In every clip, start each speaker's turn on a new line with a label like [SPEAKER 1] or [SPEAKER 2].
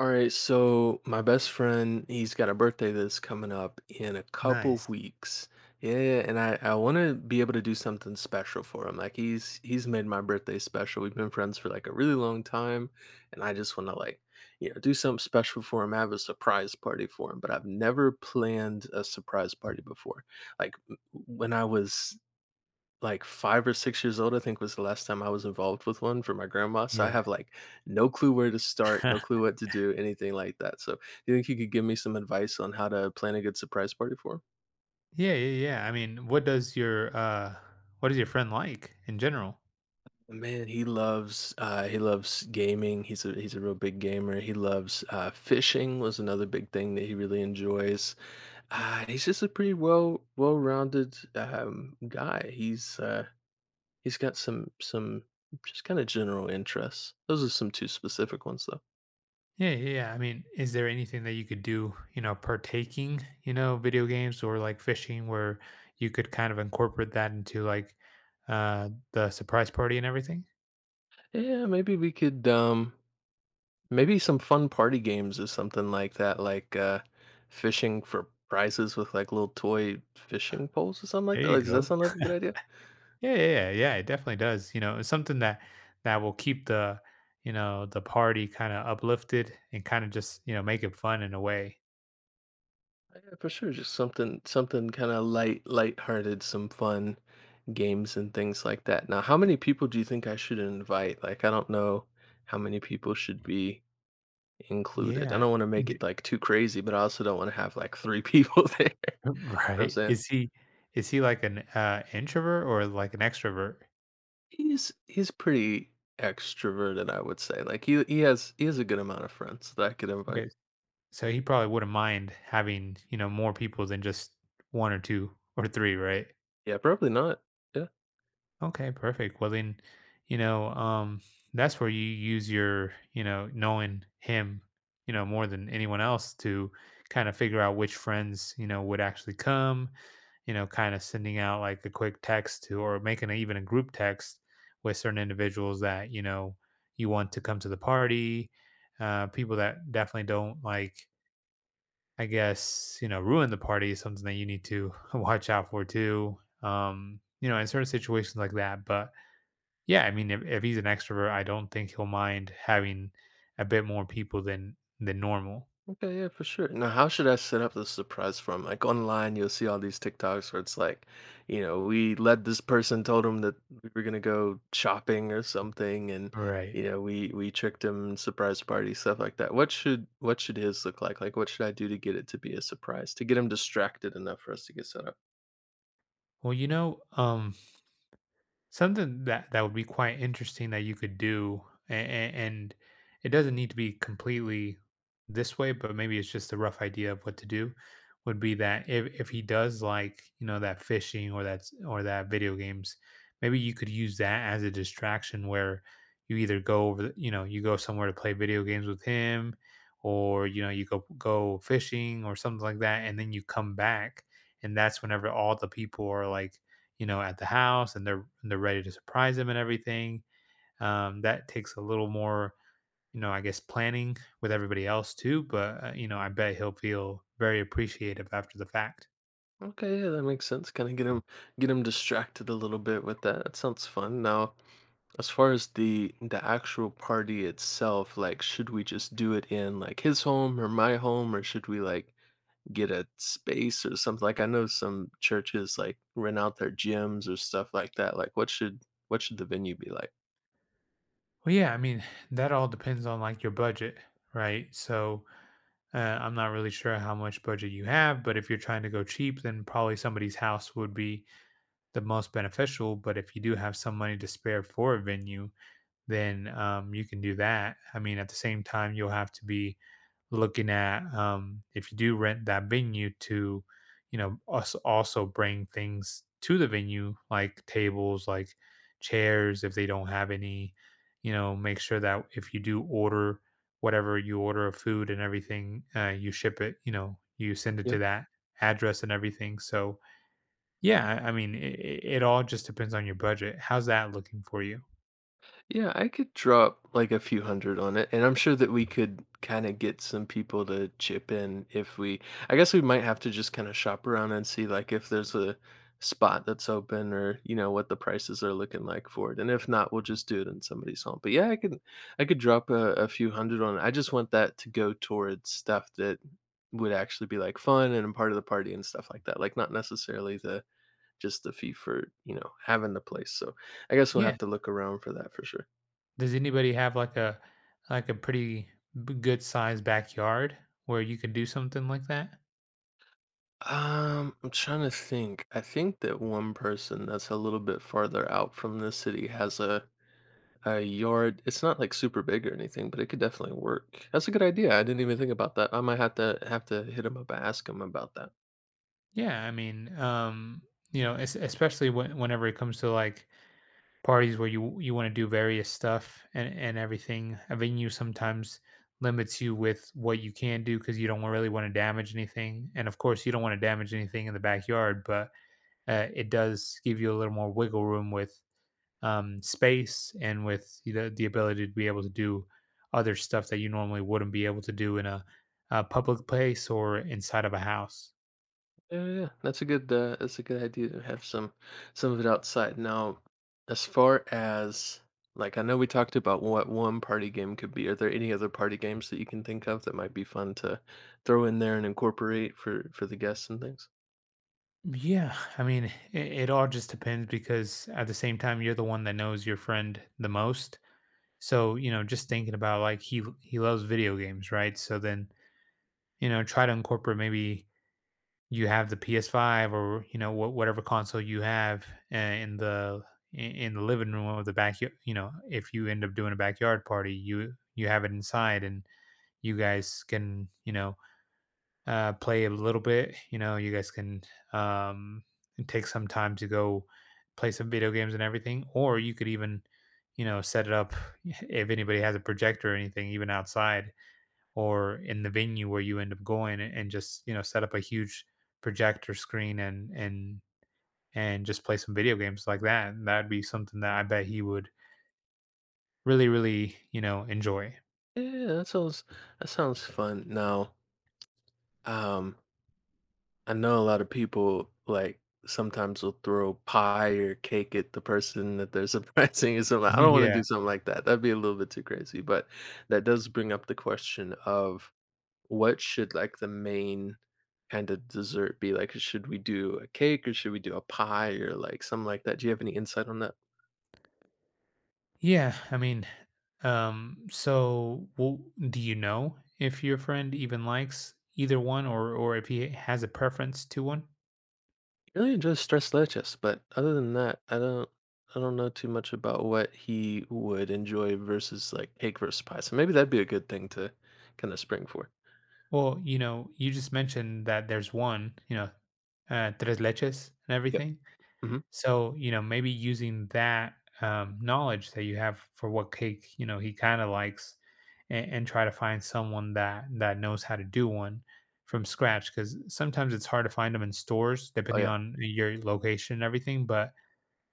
[SPEAKER 1] All right, so my best friend, he's got a birthday that's coming up in a couple
[SPEAKER 2] Nice.
[SPEAKER 1] weeks. Yeah, and I want to be able to do something special for him. Like he's made my birthday special. We've been friends for like a really long time, and I just want to like, do something special for him, have a surprise party for him, but I've never planned a surprise party before. Like when I was like 5 or 6 years old, I think, was the last time I was involved with one for my grandma, so I
[SPEAKER 2] Yeah.
[SPEAKER 1] have, like, no clue where to start, no clue what to do, anything like that, so, do you think you could give me some advice on how to plan a good surprise party for him?
[SPEAKER 2] Yeah, yeah, yeah. I mean, what is your friend like in general?
[SPEAKER 1] Man, he loves gaming, he's a real big gamer, he loves, fishing was another big thing that he really enjoys, he's just a pretty well-rounded, guy, he's he's got some just kinda general interests. Those are some two specific ones, though.
[SPEAKER 2] Yeah, yeah, yeah. I mean, is there anything that you could do, you know, partaking, you know, video games or like fishing where you could kind of incorporate that into like the surprise party and everything?
[SPEAKER 1] Yeah, maybe we could maybe some fun party games or something like that, like fishing for prizes with like little toy fishing poles or something like
[SPEAKER 2] There
[SPEAKER 1] that.
[SPEAKER 2] you
[SPEAKER 1] Like, does that
[SPEAKER 2] go.
[SPEAKER 1] sound like a good idea?
[SPEAKER 2] Yeah, yeah, yeah, yeah. It definitely does. You know, it's something that will keep the party kind of uplifted and kind of just, you know, make it fun in a way.
[SPEAKER 1] Yeah, for sure. Just something kind of light-hearted, some fun games and things like that. Now, how many people do you think I should invite? Like, I don't know how many people should be included. I
[SPEAKER 2] Yeah.
[SPEAKER 1] don't want to make it like too crazy, but I also don't want to have like three people there. You know what I'm
[SPEAKER 2] Right.
[SPEAKER 1] saying?
[SPEAKER 2] Is he like an introvert or like an extrovert?
[SPEAKER 1] He's pretty extroverted, I would say. Like he has a good amount of friends that I could invite.
[SPEAKER 2] Okay. So he probably wouldn't mind having, you know, more people than just one or two or three, right?
[SPEAKER 1] Yeah, probably not. Yeah.
[SPEAKER 2] Okay, perfect. Well then, you know, that's where you use your, you know, knowing him, you know, more than anyone else to kind of figure out which friends, you know, would actually come, you know, kind of sending out like a quick text to, or making even a group text with certain individuals that, you know, you want to come to the party. People that definitely don't, like, I guess, you know, ruin the party is something that you need to watch out for too. You know, in certain situations like that. But yeah, I mean, if he's an extrovert, I don't think he'll mind having a bit more people than normal.
[SPEAKER 1] Okay, yeah, for sure. Now, how should I set up the surprise for him? Like online, you'll see all these TikToks where it's like, you know, we led this person, told him that we were gonna go shopping or something, and
[SPEAKER 2] Right.
[SPEAKER 1] you know, we tricked him, surprise party, stuff like that. What should his look like? Like, what should I do to get it to be a surprise, to get him distracted enough for us to get set up?
[SPEAKER 2] Well, you know, something that would be quite interesting that you could do, and it doesn't need to be completely this way, but maybe it's just a rough idea of what to do. Would be that if he does, like, you know, that fishing or that video games, maybe you could use that as a distraction where you either you know, you go somewhere to play video games with him, or you know, you go fishing or something like that, and then you come back. And that's whenever all the people are, like, you know, at the house, and they're ready to surprise him and everything. That takes a little more, you know, I guess planning with everybody else too. But you know, I bet he'll feel very appreciative after the fact.
[SPEAKER 1] Okay, yeah, that makes sense. Kind of get him distracted a little bit with that. That sounds fun. Now, as far as the actual party itself, like should we just do it in like his home or my home or should we like get a space or something? Like I know some churches like rent out their gyms or stuff like that. Like what should the venue be like?
[SPEAKER 2] Well, yeah, I mean, that all depends on like your budget, right? So I'm not really sure how much budget you have, but if you're trying to go cheap, then probably somebody's house would be the most beneficial. But if you do have some money to spare for a venue, then you can do that. I mean, at the same time, you'll have to be looking at, if you do rent that venue, to, you know, us also bring things to the venue like tables, like chairs if they don't have any. You know, make sure that if you do order whatever you order of food and everything, you ship it. You know, you send it to that address and everything. So yeah, I mean, it all just depends on your budget. How's that looking for you?
[SPEAKER 1] Yeah, I could drop like a few hundred on it, and I'm sure that we could kind of get some people to chip in if we. I guess we might have to just kind of shop around and see like if there's a spot that's open or you know what the prices are looking like for it. And if not, we'll just do it in somebody's home. But yeah, I could drop a few hundred on it. I just want that to go towards stuff that would actually be like fun and a part of the party and stuff like that. Like not necessarily the just the fee for you know having the place. So I guess we'll
[SPEAKER 2] Yeah.
[SPEAKER 1] have to look around for that for sure.
[SPEAKER 2] Does anybody have like a pretty good sized backyard where you could do something like that?
[SPEAKER 1] I'm trying to think. I think that one person that's a little bit farther out from the city has a yard. It's not like super big or anything, but it could definitely work. That's a good idea. I didn't even think about that. I might have to hit him up, and ask him about that.
[SPEAKER 2] Yeah, I mean, you know, especially whenever it comes to like parties where you want to do various stuff and everything, a venue sometimes limits you with what you can do because you don't really want to damage anything, and of course, you don't want to damage anything in the backyard, but it does give you a little more wiggle room with, space, and with, you know, the ability to be able to do other stuff that you normally wouldn't be able to do in a public place or inside of a house.
[SPEAKER 1] Yeah, yeah, yeah. That's a good that's a good idea to have some of it outside. Now, as far as like I know we talked about what one party game could be. Are there any other party games that you can think of that might be fun to throw in there and incorporate for the guests and things?
[SPEAKER 2] Yeah, I mean, it all just depends because at the same time, you're the one that knows your friend the most. So you know, just thinking about, like, he loves video games, right? So then, you know, try to incorporate, maybe you have the PS5, or you know, whatever console you have I in the I in the living room or the backyard. You know, if you end up doing a backyard party, you have it inside, and you guys can, you know, play a little bit. You know, you guys can, um, take some time to go play some video games and everything. Or you could even, you know, set it up if anybody has a projector or anything even outside, or in the venue where you end up going, and just, you know, set up a huge projector screen, and just play some video games like that. And that'd be something that I bet he would really, really, you know, enjoy.
[SPEAKER 1] Yeah, that sounds fun. Now, um, I know a lot of people like sometimes will throw pie or cake at the person that they're surprising or something. I don't want to
[SPEAKER 2] Yeah,
[SPEAKER 1] do something like that. That'd be a little bit too crazy. But that does bring up the question of what should like the main kind of dessert be? Like, should we do a cake or should we do a pie or like something like that? Do you have any insight on that?
[SPEAKER 2] yeah, I mean, so w do you know if your friend even likes either one, or if he has a preference to one?
[SPEAKER 1] Really enjoy stress Leches, but other than that, I don't know too much about what he would enjoy versus like cake versus pie. So maybe that'd be a good thing to kind of spring for.
[SPEAKER 2] Well, you know, you just mentioned that there's one, you know, tres leches and
[SPEAKER 1] Yep.
[SPEAKER 2] everything.
[SPEAKER 1] Hmm.
[SPEAKER 2] So, you know, maybe using that, knowledge that you have for what cake, you know, he kind of likes, and try to find someone that knows how to do one from scratch, because sometimes it's hard to find them in stores
[SPEAKER 1] Oh
[SPEAKER 2] depending
[SPEAKER 1] yeah.
[SPEAKER 2] on your location and everything. But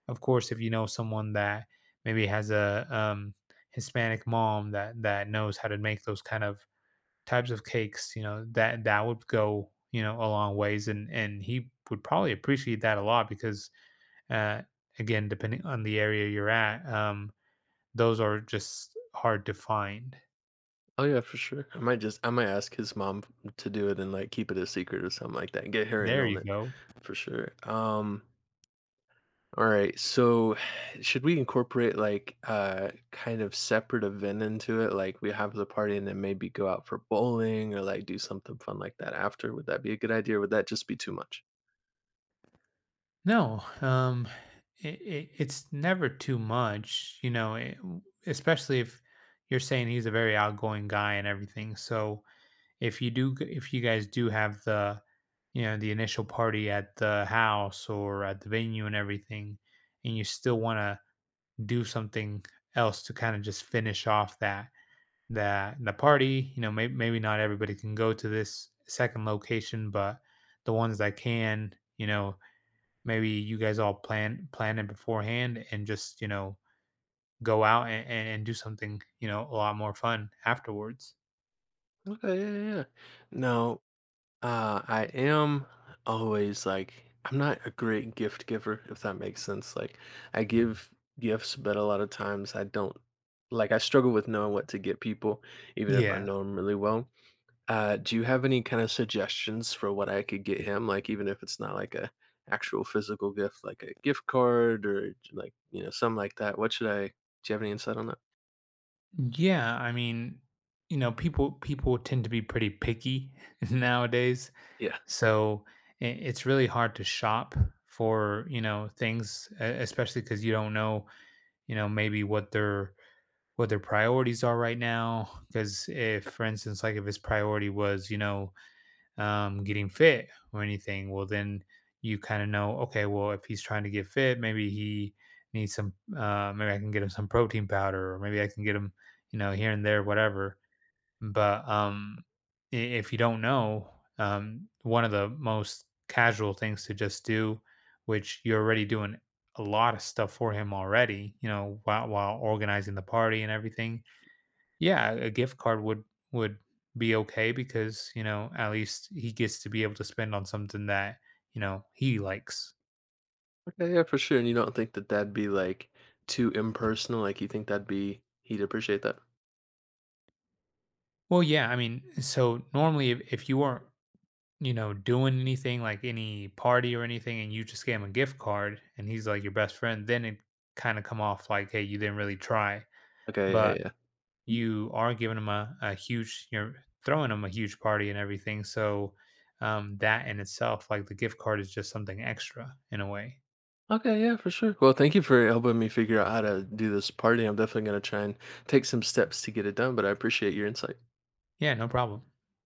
[SPEAKER 2] of course, if you know someone that maybe has a, Hispanic mom that knows how to make those kind of types of cakes, you know, that would go, you know, a long ways, and he would probably appreciate that a lot. Because, uh, again, depending on the area you're at, those are just hard to find.
[SPEAKER 1] Oh yeah, for sure. I might ask his mom to do it and like keep it a secret or something like that and get her in
[SPEAKER 2] There
[SPEAKER 1] on
[SPEAKER 2] you
[SPEAKER 1] it
[SPEAKER 2] go.
[SPEAKER 1] for sure. All right. So, should we incorporate like kind of separate event into it? Like we have the party and then maybe go out for bowling or like do something fun like that after? Would that be a good idea or would that just be too much?
[SPEAKER 2] No, it's never too much, you know, especially if you're saying he's a very outgoing guy and everything. So if you guys do have the, you know, the initial party at the house or at the venue and everything, and you still want to do something else to kind of just finish off that, the party, you know, maybe not everybody can go to this second location, but the ones that can, you know, maybe you guys all plan it beforehand, and just, you know, go out, and do something, you know, a lot more fun afterwards.
[SPEAKER 1] Okay, yeah, yeah, yeah. Now, I am always like I'm not a great gift giver, if that makes sense. Like I give gifts, but a lot of times I don't like I struggle with knowing what to get people, even if I
[SPEAKER 2] Yeah.
[SPEAKER 1] know them really well. Do you have any kind of suggestions for what I could get him? Like even if it's not like a actual physical gift, like a gift card or like, you know, something like that. What should I, do you have any insight on that?
[SPEAKER 2] Yeah, I mean, you know, people tend to be pretty picky nowadays,
[SPEAKER 1] Yeah.
[SPEAKER 2] so it's really hard to shop for, you know, things, especially because you don't know, you know, maybe what their priorities are right now. Because if, for instance, like if his priority was, you know, getting fit or anything, well, then you kind of know, okay, well, if he's trying to get fit, maybe he needs maybe I can get him some protein powder, or maybe I can get him, you know, here and there, whatever. But if you don't know, one of the most casual things to just do, which you're already doing a lot of stuff for him already, you know, while organizing the party and everything, yeah, a gift card would be okay because, you know, at least he gets to be able to spend on something that, you know, he likes.
[SPEAKER 1] Okay, yeah, for sure. And you don't think that that'd be like too impersonal? Like you think that'd be, he'd appreciate that?
[SPEAKER 2] Well, yeah, I mean, so normally if you weren't, you know, doing anything like any party or anything, and you just gave him a gift card and he's like your best friend, then it kind of come off like, hey, you didn't really try.
[SPEAKER 1] Okay, yeah, yeah,
[SPEAKER 2] But
[SPEAKER 1] yeah.
[SPEAKER 2] you're throwing him a huge party and everything. So that in itself, like, the gift card is just something extra in a way.
[SPEAKER 1] Okay, yeah, for sure. Well, thank you for helping me figure out how to do this party. I'm definitely gonna try and take some steps to get it done, but I appreciate your insight.
[SPEAKER 2] Yeah, no problem.